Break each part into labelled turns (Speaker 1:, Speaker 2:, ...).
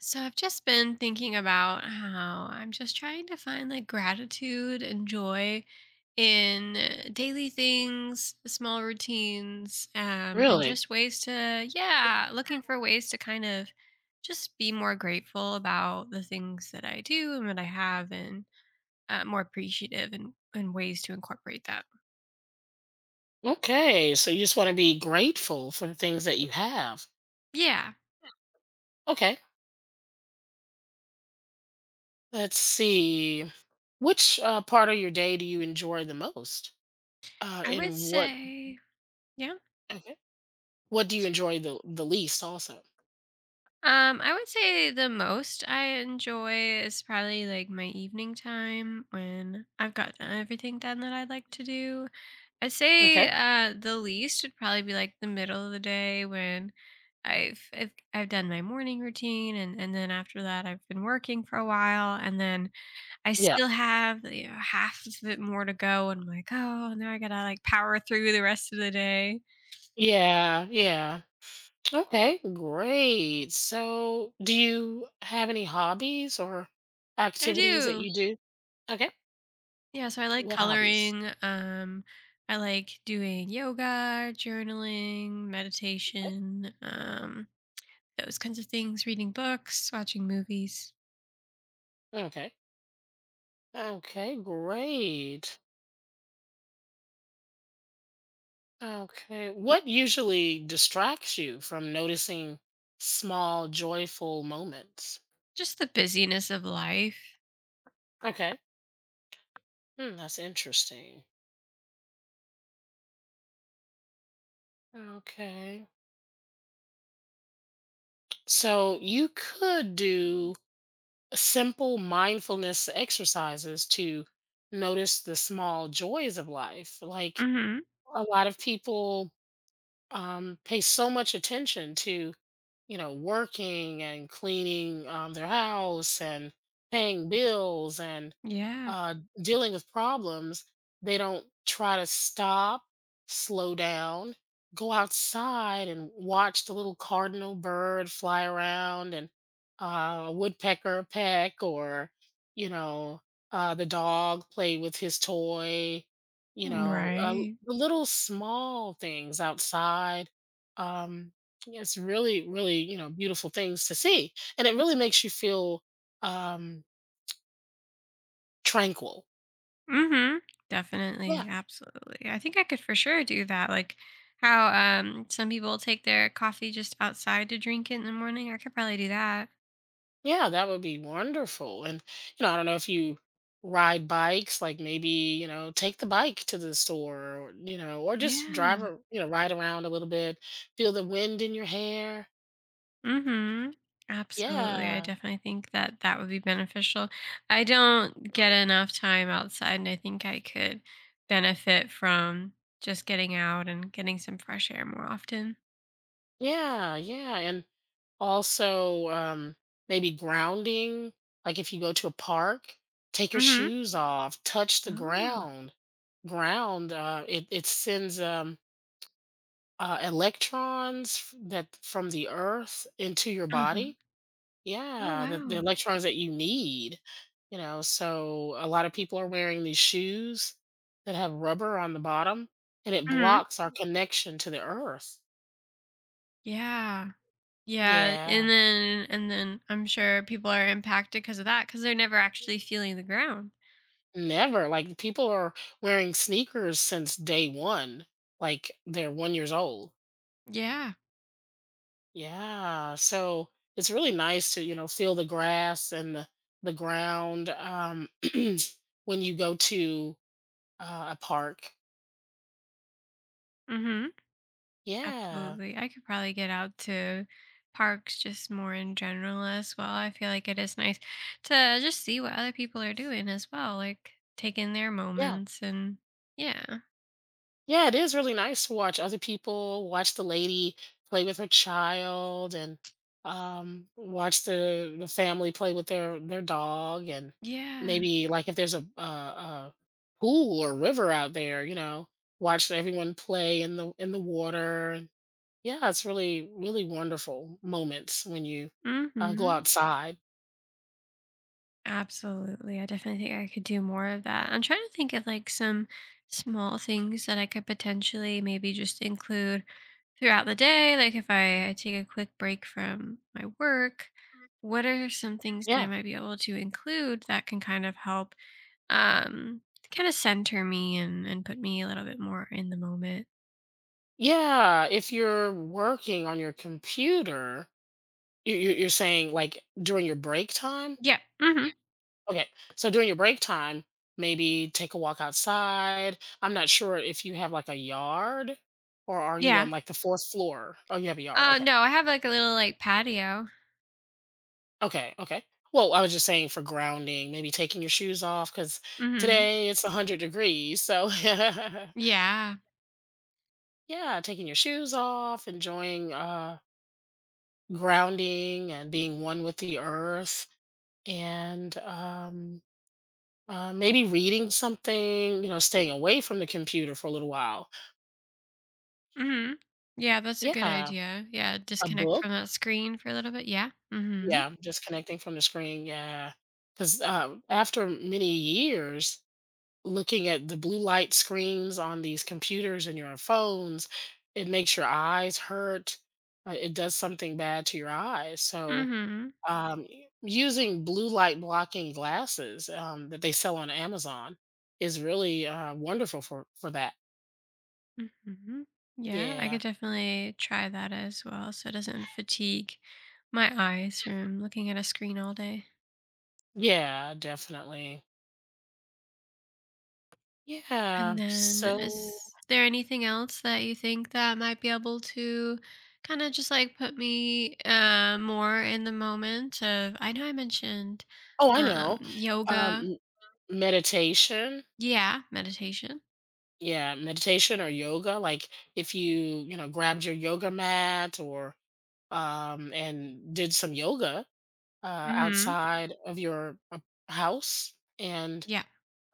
Speaker 1: So I've just been thinking about how I'm just trying to find like gratitude and joy in daily things, small routines, and
Speaker 2: Really?
Speaker 1: just ways to, yeah, looking for ways to kind of just be more grateful about the things that I do and that I have and more appreciative and ways to incorporate that.
Speaker 2: Okay. So you just want to be grateful for the things that you have.
Speaker 1: Yeah,
Speaker 2: Okay. Let's see. Which part of your day do you enjoy the most?
Speaker 1: I would
Speaker 2: And what?
Speaker 1: say, yeah.
Speaker 2: Okay. What do you enjoy the least? Also.
Speaker 1: I would say the most I enjoy is probably like my evening time when I've gotten everything done that I'd like to do. I'd say
Speaker 2: Okay.
Speaker 1: the least would probably be like the middle of the day when I've done my morning routine and then after that I've been working for a while and then I
Speaker 2: Yeah.
Speaker 1: still have you know, half of it more to go and I'm like, oh, now I gotta like power through the rest of the day.
Speaker 2: Yeah. Yeah. Okay. Great. So, do you have any hobbies or
Speaker 1: I
Speaker 2: activities that
Speaker 1: do.
Speaker 2: you do? Okay.
Speaker 1: Yeah, so I like
Speaker 2: What hobbies?
Speaker 1: coloring. I like doing yoga, journaling,
Speaker 2: Okay.
Speaker 1: meditation, those kinds of things, reading books, watching movies,
Speaker 2: Okay. Okay. Great. Okay. What usually distracts you from noticing small, joyful moments?
Speaker 1: just the busyness of life.
Speaker 2: Okay. That's interesting. Okay. So you could do simple mindfulness exercises to notice the small joys of life. Like
Speaker 1: Hmm.
Speaker 2: a lot of people pay so much attention to, you know, working and cleaning their house and paying bills and
Speaker 1: Yeah.
Speaker 2: uh, dealing with problems. They don't try to stop, slow down, go outside and watch the little cardinal bird fly around and a woodpecker peck, or, you know, the dog play with his toy, you know,
Speaker 1: Right.
Speaker 2: the little small things outside. Um, yeah, it's really, really, you know, beautiful things to see, and it really makes you feel um, tranquil.
Speaker 1: Hmm.
Speaker 2: Yeah,
Speaker 1: Definitely. Absolutely. I think I could for sure do that. Like how some people take their coffee just outside to drink it in the morning. I could probably do that.
Speaker 2: yeah, that would be wonderful. And, you know, I don't know if you ride bikes, like maybe, you know, take the bike to the store, or, you know, or just drive,
Speaker 1: Yeah.
Speaker 2: you know, ride around a little bit, feel the wind in your hair.
Speaker 1: Mhm. Absolutely, I
Speaker 2: Yeah,
Speaker 1: definitely think that that would be beneficial. I don't get enough time outside, and I think I could benefit from just getting out and getting some fresh air more often.
Speaker 2: yeah, yeah. And also, maybe grounding, like if you go to a park, take your
Speaker 1: Mhm.
Speaker 2: shoes off, touch the
Speaker 1: Oh.
Speaker 2: ground. Ground, it, it sends electrons that from the earth into your
Speaker 1: Uh-huh.
Speaker 2: body.
Speaker 1: Oh,
Speaker 2: Yeah, the
Speaker 1: wow.
Speaker 2: electrons that you need. You know, so a lot of people are wearing these shoes that have rubber on the bottom and it
Speaker 1: Mhm.
Speaker 2: blocks our connection to the earth.
Speaker 1: Yeah. Yeah,
Speaker 2: Yeah.
Speaker 1: and then and then I'm sure people are impacted because of that, because 'cause they're never actually feeling the ground.
Speaker 2: Never. Like people are wearing sneakers since day one. Like they're 1 year old.
Speaker 1: Yeah.
Speaker 2: Yeah. So it's really nice to, you know, feel the grass and the ground when you go to a park.
Speaker 1: Mhm.
Speaker 2: Yeah.
Speaker 1: Absolutely. I could probably get out to parks just more in general as well. I feel like it is nice to just see what other people are doing as well, like taking their
Speaker 2: Yeah.
Speaker 1: moments and yeah.
Speaker 2: Yeah, it is really nice to watch other people, watch the lady play with her child, and watch the family play with their dog, and
Speaker 1: Yeah.
Speaker 2: maybe like if there's a pool or river out there, you know, watch everyone play in the water. And yeah, it's really, really wonderful moments when you go
Speaker 1: Mhm.
Speaker 2: outside.
Speaker 1: Absolutely. I definitely think I could do more of that. I'm trying to think of like some small things that I could potentially maybe just include throughout the day. Like if I take a quick break from my work, what are some things that I
Speaker 2: Yeah.
Speaker 1: might be able to include that can kind of help um kind of center me and put me a little bit more in the moment.
Speaker 2: Yeah, if you're working on your computer, you're saying like during your break time?
Speaker 1: Yeah. Hmm.
Speaker 2: Okay. So during your break time, maybe take a walk outside. I'm not sure if you have like a yard, or are you
Speaker 1: Yeah.
Speaker 2: on like the fourth floor? Oh, you have a yard. Okay.
Speaker 1: No, I have like a little like patio.
Speaker 2: Okay. Okay. Well, I was just saying for grounding, maybe taking your shoes off because
Speaker 1: Hmm.
Speaker 2: today it's 100 degrees. So,
Speaker 1: Yeah.
Speaker 2: yeah, taking your shoes off, enjoying grounding and being one with the earth. And maybe reading something, you know, staying away from the computer for a little while.
Speaker 1: Mhm. Yeah, that's a good
Speaker 2: Yeah.
Speaker 1: idea. Yeah,
Speaker 2: A
Speaker 1: disconnect from
Speaker 2: book?
Speaker 1: that screen for a little bit. Yeah. Mhm.
Speaker 2: Yeah, just connecting from the screen, yeah. 'Cause, after many years looking at the blue light screens on these computers and your phones, it makes your eyes hurt. It does something bad to your eyes, so,
Speaker 1: Mhm.
Speaker 2: u using blue light blocking glasses, that they sell on Amazon is really, wonderful for that.
Speaker 1: Mhm. Yeah, I
Speaker 2: Yeah.
Speaker 1: could definitely try that as well so it doesn't fatigue my eyes from looking at a screen all day.
Speaker 2: Yeah, definitely.
Speaker 1: And
Speaker 2: Yeah,
Speaker 1: then
Speaker 2: so
Speaker 1: is there anything else that you think that might be able to kind of just like put me more in the moment of I know I mentioned
Speaker 2: Oh, I know.
Speaker 1: yoga.
Speaker 2: M meditation.
Speaker 1: Yeah, meditation.
Speaker 2: Yeah, meditation or yoga, like, if you, you know, grabbed your yoga mat, or, and did some yoga,
Speaker 1: Mhm.
Speaker 2: outside of your, house and,
Speaker 1: Yeah.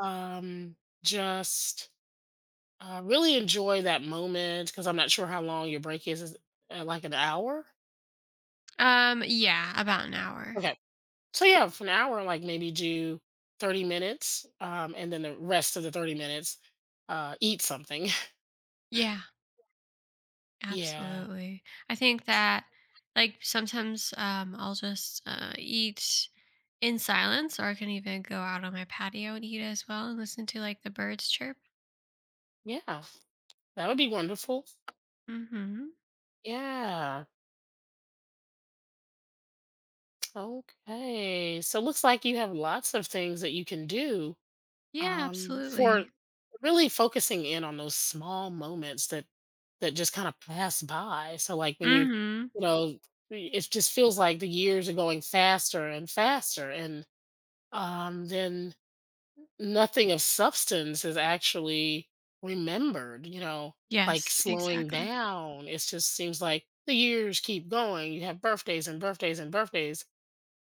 Speaker 2: um, just, really enjoy that moment. Because 'cause I'm not sure how long your break is. Is it, like an hour?
Speaker 1: Yeah, about an hour.
Speaker 2: Okay. So yeah, for an hour, like maybe do 30 minutes, and then the rest of the 30 minutes, eat something.
Speaker 1: Yeah,
Speaker 2: Yeah.
Speaker 1: absolutely. I think that like sometimes I'll just eat in silence or I can even go out on my patio and eat as well and listen to like the birds chirp.
Speaker 2: Yeah. That would be wonderful.
Speaker 1: Mhm.
Speaker 2: Yeah. Okay. So it looks like you have lots of things that you can do,
Speaker 1: Yeah,
Speaker 2: for
Speaker 1: absolutely.
Speaker 2: really focusing in on those small moments that just kind of pass by. So like when you,
Speaker 1: Mhm.
Speaker 2: you know, it just feels like the years are going faster and faster, and then nothing of substance is actually remembered, you know, like
Speaker 1: Yes,
Speaker 2: slowing
Speaker 1: exactly.
Speaker 2: down. It just seems like the years keep going. You have birthdays and birthdays and birthdays.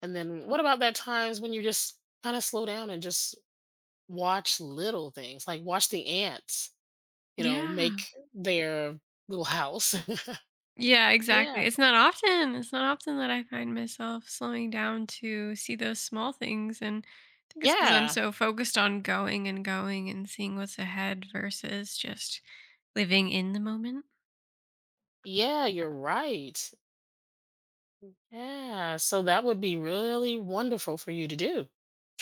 Speaker 2: And then what about that times when you just kind of slow down and just watch little things, like watch the ants, you know, make
Speaker 1: Yeah.
Speaker 2: their little house.
Speaker 1: Yeah,
Speaker 2: Yeah.
Speaker 1: exactly. It's not often that I find myself slowing down to see those small things, and I think it's because 'cause I'm
Speaker 2: Yeah.
Speaker 1: so focused on going and going and seeing what's ahead versus just living in the moment.
Speaker 2: Yeah, you're right. Yeah. So that would be really wonderful for you to do.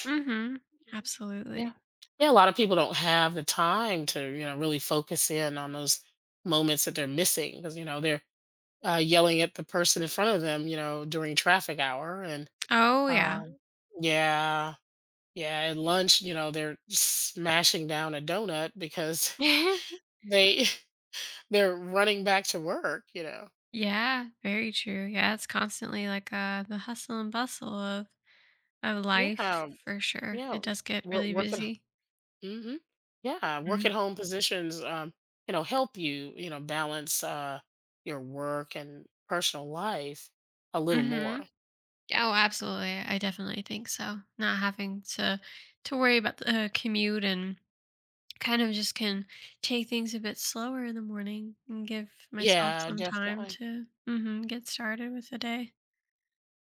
Speaker 1: Mhm.
Speaker 2: Mhm. Yeah.
Speaker 1: Absolutely.
Speaker 2: Yeah, a lot of people don't have the time to, you know, really focus in on those moments that they're missing because, you know, they're yelling at the person in front of them, you know, during traffic hour. And
Speaker 1: Oh, yeah.
Speaker 2: um, yeah, yeah, at lunch, you know, they're smashing down a donut because they they're running back to work, you know.
Speaker 1: Yeah, very true. Yeah, it's constantly like, the hustle and bustle of life
Speaker 2: Yeah,
Speaker 1: for sure.
Speaker 2: yeah.
Speaker 1: It does get
Speaker 2: Work,
Speaker 1: really
Speaker 2: work
Speaker 1: busy.
Speaker 2: hmm yeah, work at
Speaker 1: Mm.
Speaker 2: home positions, you know, help you, you know, balance your work and personal life a little
Speaker 1: Mhm.
Speaker 2: more.
Speaker 1: Oh, absolutely. I definitely think so. Not having to worry about the commute and kind of just can take things a bit slower in the morning and give myself
Speaker 2: Yeah,
Speaker 1: some time
Speaker 2: definitely.
Speaker 1: to get started with the day.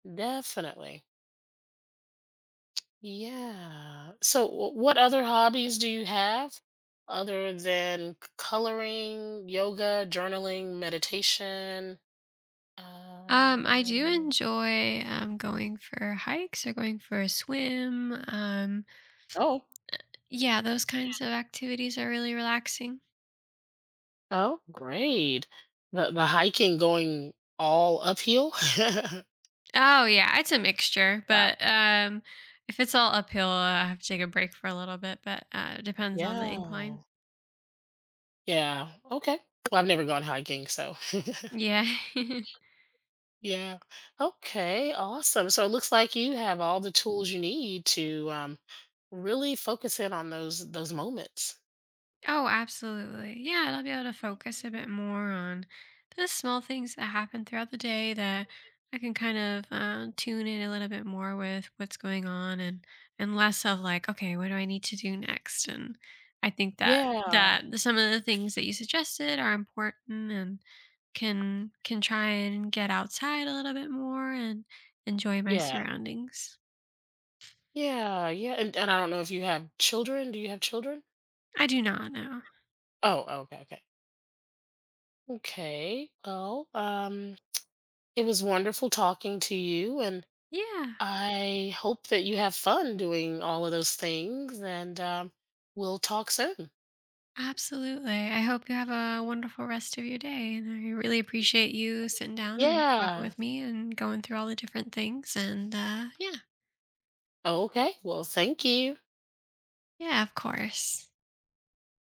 Speaker 2: Definitely. Yeah. So, what other hobbies do you have other than coloring, yoga, journaling, meditation?
Speaker 1: I do
Speaker 2: Um
Speaker 1: enjoy going for hikes or going for a swim.
Speaker 2: oh,
Speaker 1: Yeah, those kinds of activities are really relaxing.
Speaker 2: oh, great. The hiking going all uphill.
Speaker 1: Oh yeah, it's a mixture,
Speaker 2: Wow.
Speaker 1: but if it's all uphill, I have to take a break for a little bit. But it depends on the incline.
Speaker 2: Yeah. Yeah. Okay. Well, I've never gone hiking, so
Speaker 1: Yeah.
Speaker 2: yeah. Okay. Awesome. So it looks like you have all the tools you need to, really focus in on those moments.
Speaker 1: oh, absolutely. Yeah, and I'll be able to focus a bit more on the small things that happen throughout the day that I can kind of tune in a little bit more with what's going on and less of like, okay, what do I need to do next? And I think that
Speaker 2: Yeah.
Speaker 1: some of the things that you suggested are important and can try and get outside a little bit more and enjoy my
Speaker 2: Yeah.
Speaker 1: surroundings.
Speaker 2: Yeah. Yeah. And I don't know if you have children. Do you have children?
Speaker 1: I do not know.
Speaker 2: Oh. Oh, okay. Okay. Okay. Well, it was wonderful talking to you, and
Speaker 1: Yeah.
Speaker 2: I hope that you have fun doing all of those things. And we'll talk soon.
Speaker 1: Absolutely. I hope you have a wonderful rest of your day. And I really appreciate you sitting down and talking
Speaker 2: Yeah.
Speaker 1: with me and going through all the different things. And
Speaker 2: Okay. Well, thank you.
Speaker 1: yeah, of course.